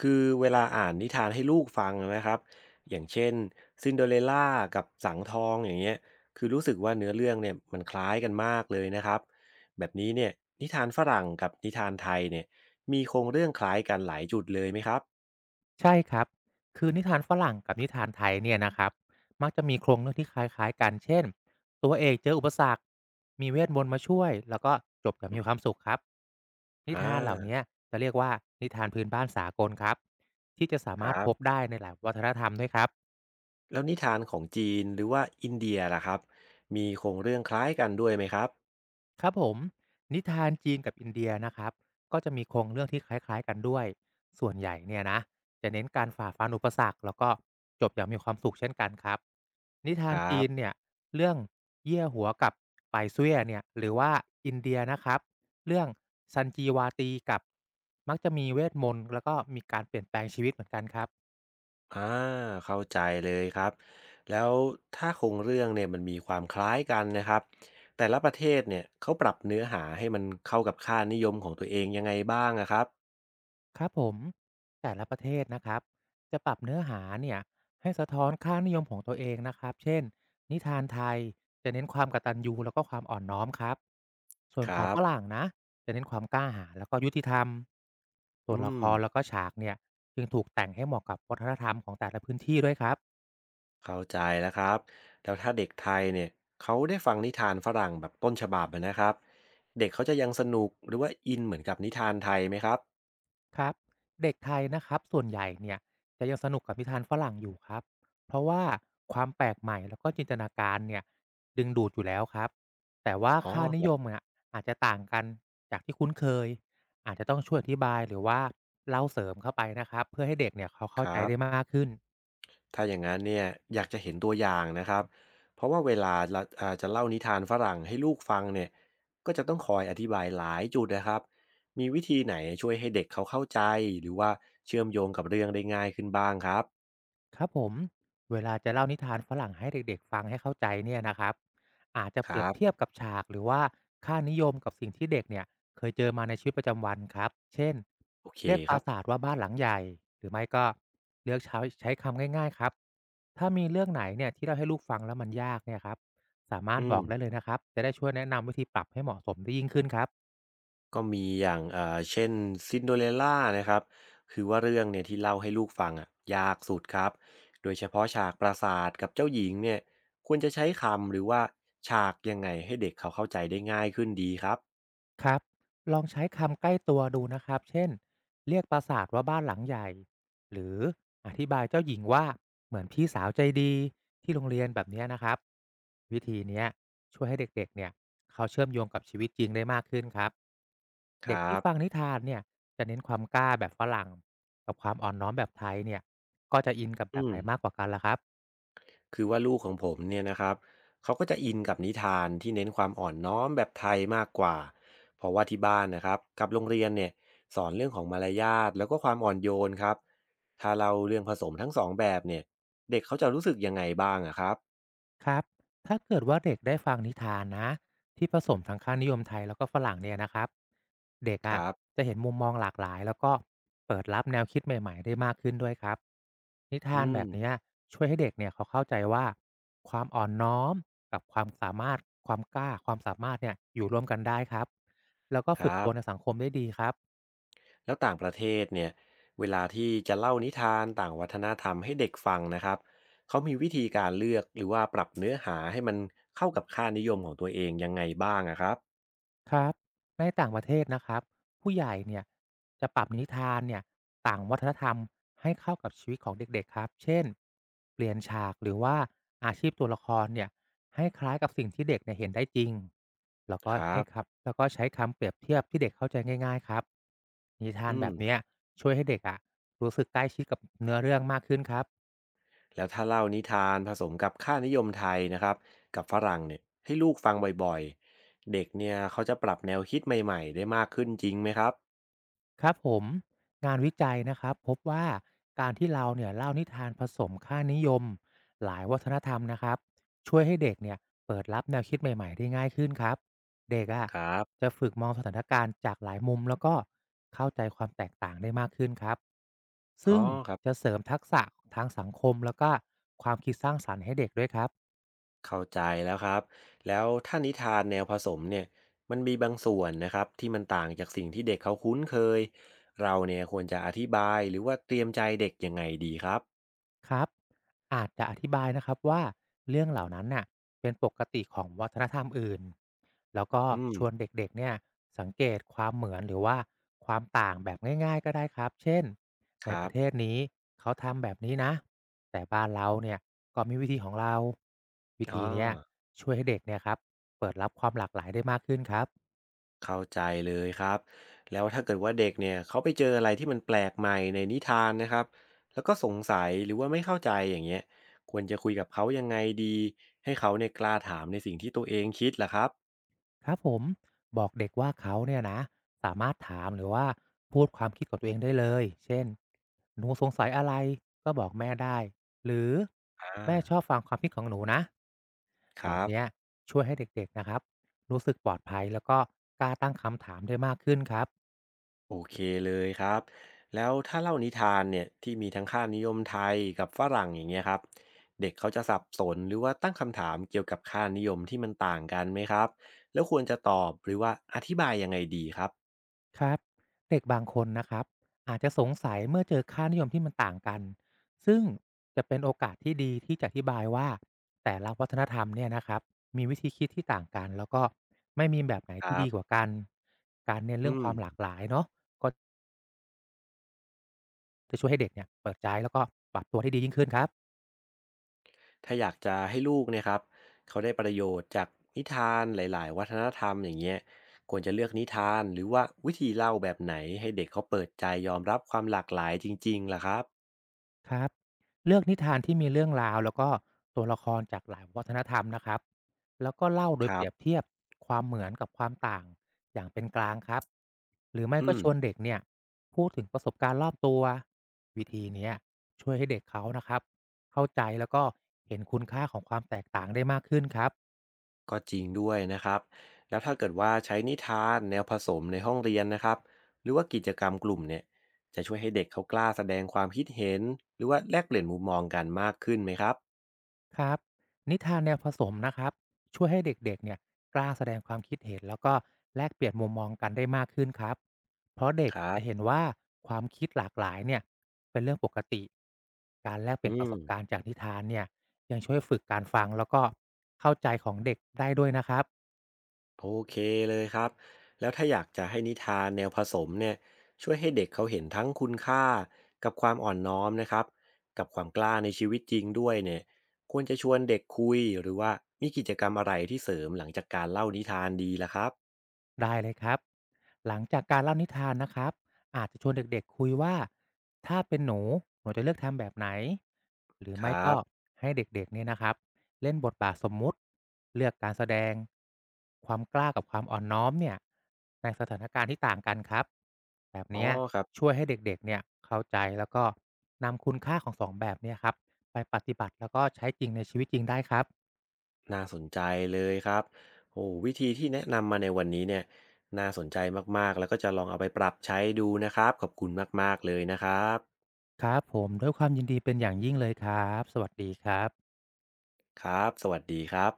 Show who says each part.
Speaker 1: คือเวลาอ่านนิทานให้ลูกฟังนะครับอย่างเช่นซินเดอเรลล่ากับสังทองอย่างเงี้ยคือรู้สึกว่าเนื้อเรื่องเนี่ยมันคล้ายกันมากเลยนะครับแบบนี้เนี่ยนิทานฝรั่งกับนิทานไทยเนี่ยมีโครงเรื่องคล้ายกันหลายจุดเลยไหมครับ
Speaker 2: ใช่ครับ คือนิทานฝรั่งกับนิทานไทยเนี่ยนะครับมักจะมีโครงเรื่องที่คล้ายๆกันเช่น ตัวเอกเจออุปสรรค มีเวทมนต์มาช่วย แล้วก็จบอย่างมีความสุขครับ นิ
Speaker 1: อ่า
Speaker 2: ทานเหล่าเนี้ยจะเรียกว่านิทานพื้นบ้านสากลครับ ที่จะสา
Speaker 1: ค
Speaker 2: มาร
Speaker 1: รั
Speaker 2: ถพ
Speaker 1: บ
Speaker 2: บได้ในหลายวัฒนธรรมด้วยครับ
Speaker 1: แล้วนิทานของจีนหรือว่าอินเดียล่ะครับมีโครงเรื่องคล้ายกันด้วยไหมครับ
Speaker 2: ครับผมนิทานจีนกับอินเดียนะครับก็จะมีโครงเรื่องที่คล้ายๆกันด้วยส่วนใหญ่เนี่ยนะจะเน้นการฝ่าฟันอุปสรรคแล้วก็จบอย่างมีความสุขเช่นกันครับนิทา
Speaker 1: ค
Speaker 2: น
Speaker 1: รั
Speaker 2: จี
Speaker 1: บ
Speaker 2: นเนี่ยเรื่องเยี่ยหัวกับไปายซุยเนี่ยหรือว่าอินเดียนะครับเรื่องซันจีวาตีกับมักจะมีเวทมนต์แล้วก็มีการเปลี่ยนแปลงชีวิตเหมือนกันครับ
Speaker 1: อาเข้าใจเลยครับแล้วถ้าโครงเรื่องเนี่ยมันมีความคล้ายกันนะครับแต่ละประเทศเนี่ยเขาปรับเนื้อหาให้มันเข้ากับค่านิยมของตัวเองยังไงบ้างอะครับ
Speaker 2: ครับผมแต่ละประเทศนะครับจะปรับเนื้อหาเนี่ยให้สะท้อนค่านิยมของตัวเองนะครับเช่นนิทานไทยจะเน้นความกตัญญูแล้วก็ความอ่อนน้อมครับส่วน
Speaker 1: ค
Speaker 2: ของ
Speaker 1: รั
Speaker 2: ฝ
Speaker 1: บ
Speaker 2: รั่งนะจะเน้นความกล้าหาญแล้วก็ยุติธรรมส่วน
Speaker 1: อื
Speaker 2: ละค
Speaker 1: ม
Speaker 2: รแล้วก็ฉากเนี่ยจึงถูกแต่งให้เหมาะกับวัฒนธรรมของแต่ละพื้นที่ด้วยครับ
Speaker 1: เข้าใจแล้วครับแล้วถ้าเด็กไทยเนี่ยเขาได้ฟังนิทานฝรั่งแบบต้นฉบับอะนะครับเด็กเขาจะยังสนุกหรือว่าอินเหมือนกับนิทานไทยไหมครับ
Speaker 2: ครับเด็กไทยนะครับส่วนใหญ่เนี่ยจะยังสนุกกับนิทานฝรั่งอยู่ครับเพราะว่าความแปลกใหม่แล้วก็จินตนาการเนี่ยดึงดูดอยู่แล้วครับแต่ว่า
Speaker 1: อ๋อ
Speaker 2: ค่านิ
Speaker 1: ค
Speaker 2: ย
Speaker 1: รับ
Speaker 2: มเนี่ยอาจจะต่างกันจากที่คุ้นเคยอาจจะต้องช่วยอธิบายหรือว่าเล่าเสริมเข้าไปนะครับเพื่อให้เด็กเนี่ยเขา
Speaker 1: ค
Speaker 2: เข้าใจ
Speaker 1: รับ
Speaker 2: ได้มากขึ้น
Speaker 1: ถ้าอย่างนั้นเนี่ยอยากจะเห็นตัวอย่างนะครับ เพราะว่าเวลาเราอ่าจะเล่านิทานฝรั่งให้ลูกฟังเนี่ยก็จะต้องคอยอธิบายหลายจุดนะครับมีวิธีไหนช่วยให้เด็กเขาเข้าใจหรือว่าเชื่อมโยงกับเรื่องได้ง่ายขึ้นบ้างครับ
Speaker 2: ครับผมเวลาจะเล่านิทานฝรั่งให้เด็กๆฟังให้เข้าใจเนี่ยนะครับอาจจะ
Speaker 1: ค
Speaker 2: เปรี
Speaker 1: รั
Speaker 2: ยบเทียบ
Speaker 1: บ
Speaker 2: กับฉากหรือว่าค่านิยมกับสิ่งที่เด็กเนี่ยเคยเจอมาในชีวิตประจำวันครับเช่น
Speaker 1: โอเค
Speaker 2: เรียกป
Speaker 1: ค
Speaker 2: รา
Speaker 1: รับ
Speaker 2: สาทว่าบ้านหลังใหญ่หรือไม่ก็เลือกใช้คำง่ายๆครับถ้ามีเรื่องไหนเนี่ยที่เราให้ลูกฟังแล้วมันยากเนี่ยครับสามารถ
Speaker 1: อื
Speaker 2: บอ
Speaker 1: ม
Speaker 2: กได้เลยนะครับจะได้ช่วยแนะนำวิธีปรับให้เหมาะสมได้ยิ่งขึ้นครับ
Speaker 1: ก็มีอย่างเช่น Cinderella นโดเรลล่านะครับคือว่าเรื่องเนี่ยที่เล่าให้ลูกฟังอ่ะยากสุดครับโดยเฉพาะฉากปราสาทกับเจ้าหญิงเนี่ยควรจะใช้คำหรือว่าฉากยังไงให้เด็กเขาเข้าใจได้ง่ายขึ้นดีครับ
Speaker 2: ครับลองใช้คำใกล้ตัวดูนะครับ เช่นเรียกปราสาทว่าบ้านหลังใหญ่ หรืออธิบายเจ้าหญิงว่าเหมือนพี่สาวใจดีที่โรงเรียนแบบเนี้ยนะครับวิธีเนี้ยช่วยให้เด็กๆเนี่ยเขาเชื่อมโยงกับชีวิตจริงได้มากขึ้นครับ
Speaker 1: ค
Speaker 2: เด็ก
Speaker 1: รั
Speaker 2: ที่
Speaker 1: บ
Speaker 2: ฟังนิทานเนี่ยจะเน้นความกล้าแบบฝรั่งกับความอ่อนน้อมแบบไทยเนี่ยก็จะอินกับแบ
Speaker 1: อื
Speaker 2: บไห
Speaker 1: ม
Speaker 2: นมากกว่ากันล่ะครับ
Speaker 1: คือว่าลูกของผมเนี่ยนะครับเขาก็จะอินกับนิทานที่เน้นความอ่อนน้อมแบบไทยมากกว่าเพราะว่าที่บ้านนะครับกับโรงเรียนเนี่ยสอนเรื่องของมารยาทแล้วก็ความอ่อนโยนครับถ้าเราเรื่องผสมทั้งสองแบบเนี่ยเด็กเขาจะรู้สึกยังไงบ้างอะครับ
Speaker 2: ครับ ถ้าเกิดว่าเด็กได้ฟังนิทานนะที่ผสมทั้งค่านิยมไทยแล้วก็ฝรั่งเนี่ยนะครับเด็ก
Speaker 1: ค
Speaker 2: อะ่ะ
Speaker 1: รับ
Speaker 2: จะเห็นมุมมองหลากหลายแล้วก็เปิดรับแนวคิดใหม่ๆได้มากขึ้นด้วยครับนิทา
Speaker 1: อื
Speaker 2: นแบ
Speaker 1: ม
Speaker 2: บเนี้ยช่วยให้เด็กเนี่ยเขาเข้าใจว่าความอ่อนน้อมกับความสามารถความกล้าความสามารถเนี่ยอยู่ร่วมกันได้ครับแล้วก็
Speaker 1: ค
Speaker 2: ฝึก
Speaker 1: รั
Speaker 2: ตั
Speaker 1: บ
Speaker 2: วในสังคมได้ดีครับ
Speaker 1: แล้วต่างประเทศเนี่ยเวลาที่จะเล่านิทานต่างวัฒนธรรมให้เด็กฟังนะครับเขามีวิธีการเลือกหรือว่าปรับเนื้อหาให้มันเข้ากับค่านิยมของตัวเองยังไงบ้างอะครับ
Speaker 2: ครับในต่างประเทศนะครับผู้ใหญ่เนี่ยจะปรับนิทานเนี่ยต่างวัฒนธรรมให้เข้ากับชีวิตของเด็กๆครับเช่นเปลี่ยนฉากหรือว่าอาชีพตัวละครเนี่ยให้คล้ายกับสิ่งที่เด็กเนี่ยเห็นได้จริงแล้วก็
Speaker 1: ครั
Speaker 2: ให้
Speaker 1: บ
Speaker 2: ครับแล้วก็ใช้คำเปรียบเทียบที่เด็กเข้าใจง่ายๆครับนิทาน
Speaker 1: อื
Speaker 2: แบ
Speaker 1: ม
Speaker 2: บเนี้ยช่วยให้เด็กอะรู้สึกใกล้ชิดกับเนื้อเรื่องมากขึ้นครับ
Speaker 1: แล้วถ้าเล่านิทานผสมกับค่านิยมไทยนะครับกับฝรั่งเนี่ยให้ลูกฟังบ่อยๆเด็กเนี่ยเขาจะปรับแนวคิดใหม่ๆได้มากขึ้นจริงไหมครับ
Speaker 2: ครับผมงานวิจัยนะครับพบว่าการที่เราเนี่ยเล่านิทานผสมค่านิยมหลายวัฒนธรรมนะครับช่วยให้เด็กเนี่ยเปิดรับแนวคิดใหม่ๆได้ง่ายขึ้นครับเด็กอะ่ะ
Speaker 1: ครับ
Speaker 2: จะฝึกมองสถานการณ์จากหลายมุมแล้วก็เข้าใจความแตกต่างได้มากขึ้นครับ
Speaker 1: อ๋
Speaker 2: ซึ่ง
Speaker 1: อครับ
Speaker 2: จะเสริมทักษะทางสังคมแล้วก็ความคิดสร้างสรรค์ให้เด็กด้วยครับ
Speaker 1: เข้าใจแล้วครับแล้วถ้านิทานแนวผสมเนี่ยมันมีบางส่วนนะครับที่มันต่างจากสิ่งที่เด็กเขาคุ้นเคยเราเนี่ยควรจะอธิบายหรือว่าเตรียมใจเด็กยังไงดีครับ
Speaker 2: ครับอาจจะอธิบายนะครับว่าเรื่องเหล่านั้นน่ะเป็นปกติของวัฒนธรรมอื่นแล้วก็
Speaker 1: อื
Speaker 2: ช
Speaker 1: ม
Speaker 2: วนเด็กๆเนี่ยสังเกตความเหมือนหรือว่าความต่างแบบง่ายๆก็ได้ครับเช่น
Speaker 1: ค
Speaker 2: ในป
Speaker 1: รั
Speaker 2: ระเทศ
Speaker 1: บ
Speaker 2: นี้เขาทำแบบนี้นะแต่บ้านเราเนี่ยก็มีวิธีของเราวิ
Speaker 1: อ๋
Speaker 2: ธี
Speaker 1: อ
Speaker 2: เนี้ยช่วยให้เด็กเนี่ยครับเปิดรับความหลากหลายได้มากขึ้นครับ
Speaker 1: เข้าใจเลยครับแล้วถ้าเกิดว่าเด็กเนี่ยเขาไปเจออะไรที่มันแปลกใหม่ในนิทานนะครับแล้วก็สงสัยหรือว่าไม่เข้าใจอย่างเงี้ยควรจะคุยกับเขายังไงดีให้เขาเนี่ยกล้าถามในสิ่งที่ตัวเองคิดล่ะครับ
Speaker 2: ครับผมบอกเด็กว่าเขาเนี่ยนะสามารถถามหรือว่าพูดความคิดของตัวเองได้เลยเช่นหนูสงสัยอะไรก็บอกแม่ได้หรือ
Speaker 1: อ่า
Speaker 2: แม่ชอบฟังความคิดของหนูนะ
Speaker 1: ค
Speaker 2: แบบ
Speaker 1: รับ
Speaker 2: เนี้ยช่วยให้เด็กๆนะครับรู้สึกปลอดภัยแล้วก็กล้าตั้งคำถามได้มากขึ้นครับ
Speaker 1: โอเคเลยครับแล้วถ้าเล่านิทานเนี่ยที่มีทั้งค่านิยมไทยกับฝรั่งอย่างเงี้ยครับเด็กเขาจะสับสนหรือว่าตั้งคำถามเกี่ยวกับค่านิยมที่มันต่างกันไหมครับแล้วควรจะตอบหรือว่าอธิบายยังไงดีครับ
Speaker 2: ครับเด็กบางคนนะครับอาจจะสงสัยเมื่อเจอค่านิยมที่มันต่างกันซึ่งจะเป็นโอกาสที่ดีที่จะอธิบายว่าแต่ละวัฒนธรรมเนี่ยนะครับมีวิธีคิดที่ต่างกันแล้วก็ไม่มีแบบไหน
Speaker 1: ค
Speaker 2: ที่
Speaker 1: รั
Speaker 2: ดีกว่า
Speaker 1: บ
Speaker 2: กันการเน้นเรื่อ
Speaker 1: อื
Speaker 2: งค
Speaker 1: ม
Speaker 2: วามหลากหลายเนาะก็จะช่วยให้เด็กเนี่ยเปิดใจแล้วก็ปรับตัวได้ดียิ่งขึ้นครับ
Speaker 1: ถ้าอยากจะให้ลูกเนยครับเขาได้ประโยชน์จากนิทานหลายๆวัฒนธรรมอย่างเงี้ยควรจะเลือกนิทานหรือว่าวิธีเล่าแบบไหนให้เด็กเขาเปิดใจยอมรับความหลากหลายจริงๆล่ะครับ
Speaker 2: ครับเลือกนิทานที่มีเรื่องราวแล้วก็ตัวละครจากหลายวัฒนธรรมนะครับแล้วก็เล่าโด
Speaker 1: ค
Speaker 2: ยเป
Speaker 1: รั
Speaker 2: รียบ
Speaker 1: บ
Speaker 2: เทียบความเหมือนกับความต่างอย่างเป็นกลางครับหรือไม่
Speaker 1: อื
Speaker 2: ก็
Speaker 1: ม
Speaker 2: ชวนเด็กเนี่ยพูดถึงประสบการณ์รอบตัววิธีเนี้ยช่วยให้เด็กเขานะครับเข้าใจแล้วก็เห็นคุณค่าของความแตกต่างได้มากขึ้นครับ
Speaker 1: ก็จริงด้วยนะครับแล้วถ้าเกิดว่าใช้นิทานแนวผสมในห้องเรียนนะครับหรือว่ากิจกรรมกลุ่มเนี่ยจะช่วยให้เด็กเขากล้าแสดงความคิดเห็นหรือว่าแลกเปลี่ยนมุมมองกันมากขึ้นไหมครับ
Speaker 2: ครับนิทานแนวผสมนะครับช่วยให้เด็กๆเนี่ยกล้าแสดงความคิดเห็นแล้วก็แลกเปลี่ยนมุมมองกันได้มากขึ้นครับเพราะเด็ก
Speaker 1: ครั
Speaker 2: จะ
Speaker 1: บ
Speaker 2: เห็นว่าความคิดหลากหลายเนี่ยเป็นเรื่องปกติการแลกเปลี่ยน
Speaker 1: อื
Speaker 2: ประส
Speaker 1: ม
Speaker 2: บการณ์จากนิทานเนี่ยยังช่วยฝึกการฟังแล้วก็เข้าใจของเด็กได้ด้วยนะครับ
Speaker 1: โอเคเลยครับแล้วถ้าอยากจะให้นิทานแนวผสมเนี่ยช่วยให้เด็กเขาเห็นทั้งคุณค่ากับความอ่อนน้อมนะครับกับความกล้าในชีวิตจริงด้วยเนี่ยควรจะชวนเด็กคุยหรือว่ามีกิจกรรมอะไรที่เสริมหลังจากการเล่านิทานดีล่ะครับ
Speaker 2: ได้เลยครับหลังจากการเล่านิทานนะครับอาจจะชวนเด็กๆคุยว่าถ้าเป็นหนูหนูจะเลือกทำแบบไหนหรือ
Speaker 1: ค
Speaker 2: ไม่
Speaker 1: รั
Speaker 2: ก็
Speaker 1: บ
Speaker 2: ให้เด็กๆเนี่ยนะครับเล่นบทบาทสมมุติเลือกการแสดงความกล้ากับความอ่อนน้อมเนี่ยในสถานการณ์ที่ต่างกันครับแบบ
Speaker 1: อ๋อ
Speaker 2: เนี้ย
Speaker 1: ครับ
Speaker 2: ช่วยให้เด็กๆเนี่ยเข้าใจแล้วก็นำคุณค่าของสองแบบเนี่ยครับไปปฏิบัติแล้วก็ใช้จริงในชีวิตจริงได้ครับ
Speaker 1: น่าสนใจเลยครับโอ้วิธีที่แนะนำมาในวันนี้เนี่ยน่าสนใจมากๆแล้วก็จะลองเอาไปปรับใช้ดูนะครับขอบคุณมากๆเลยนะครับ
Speaker 2: ครับผมด้วยความยินดีเป็นอย่างยิ่งเลยครับสวัสดีครับ
Speaker 1: ครับสวัสดีครับ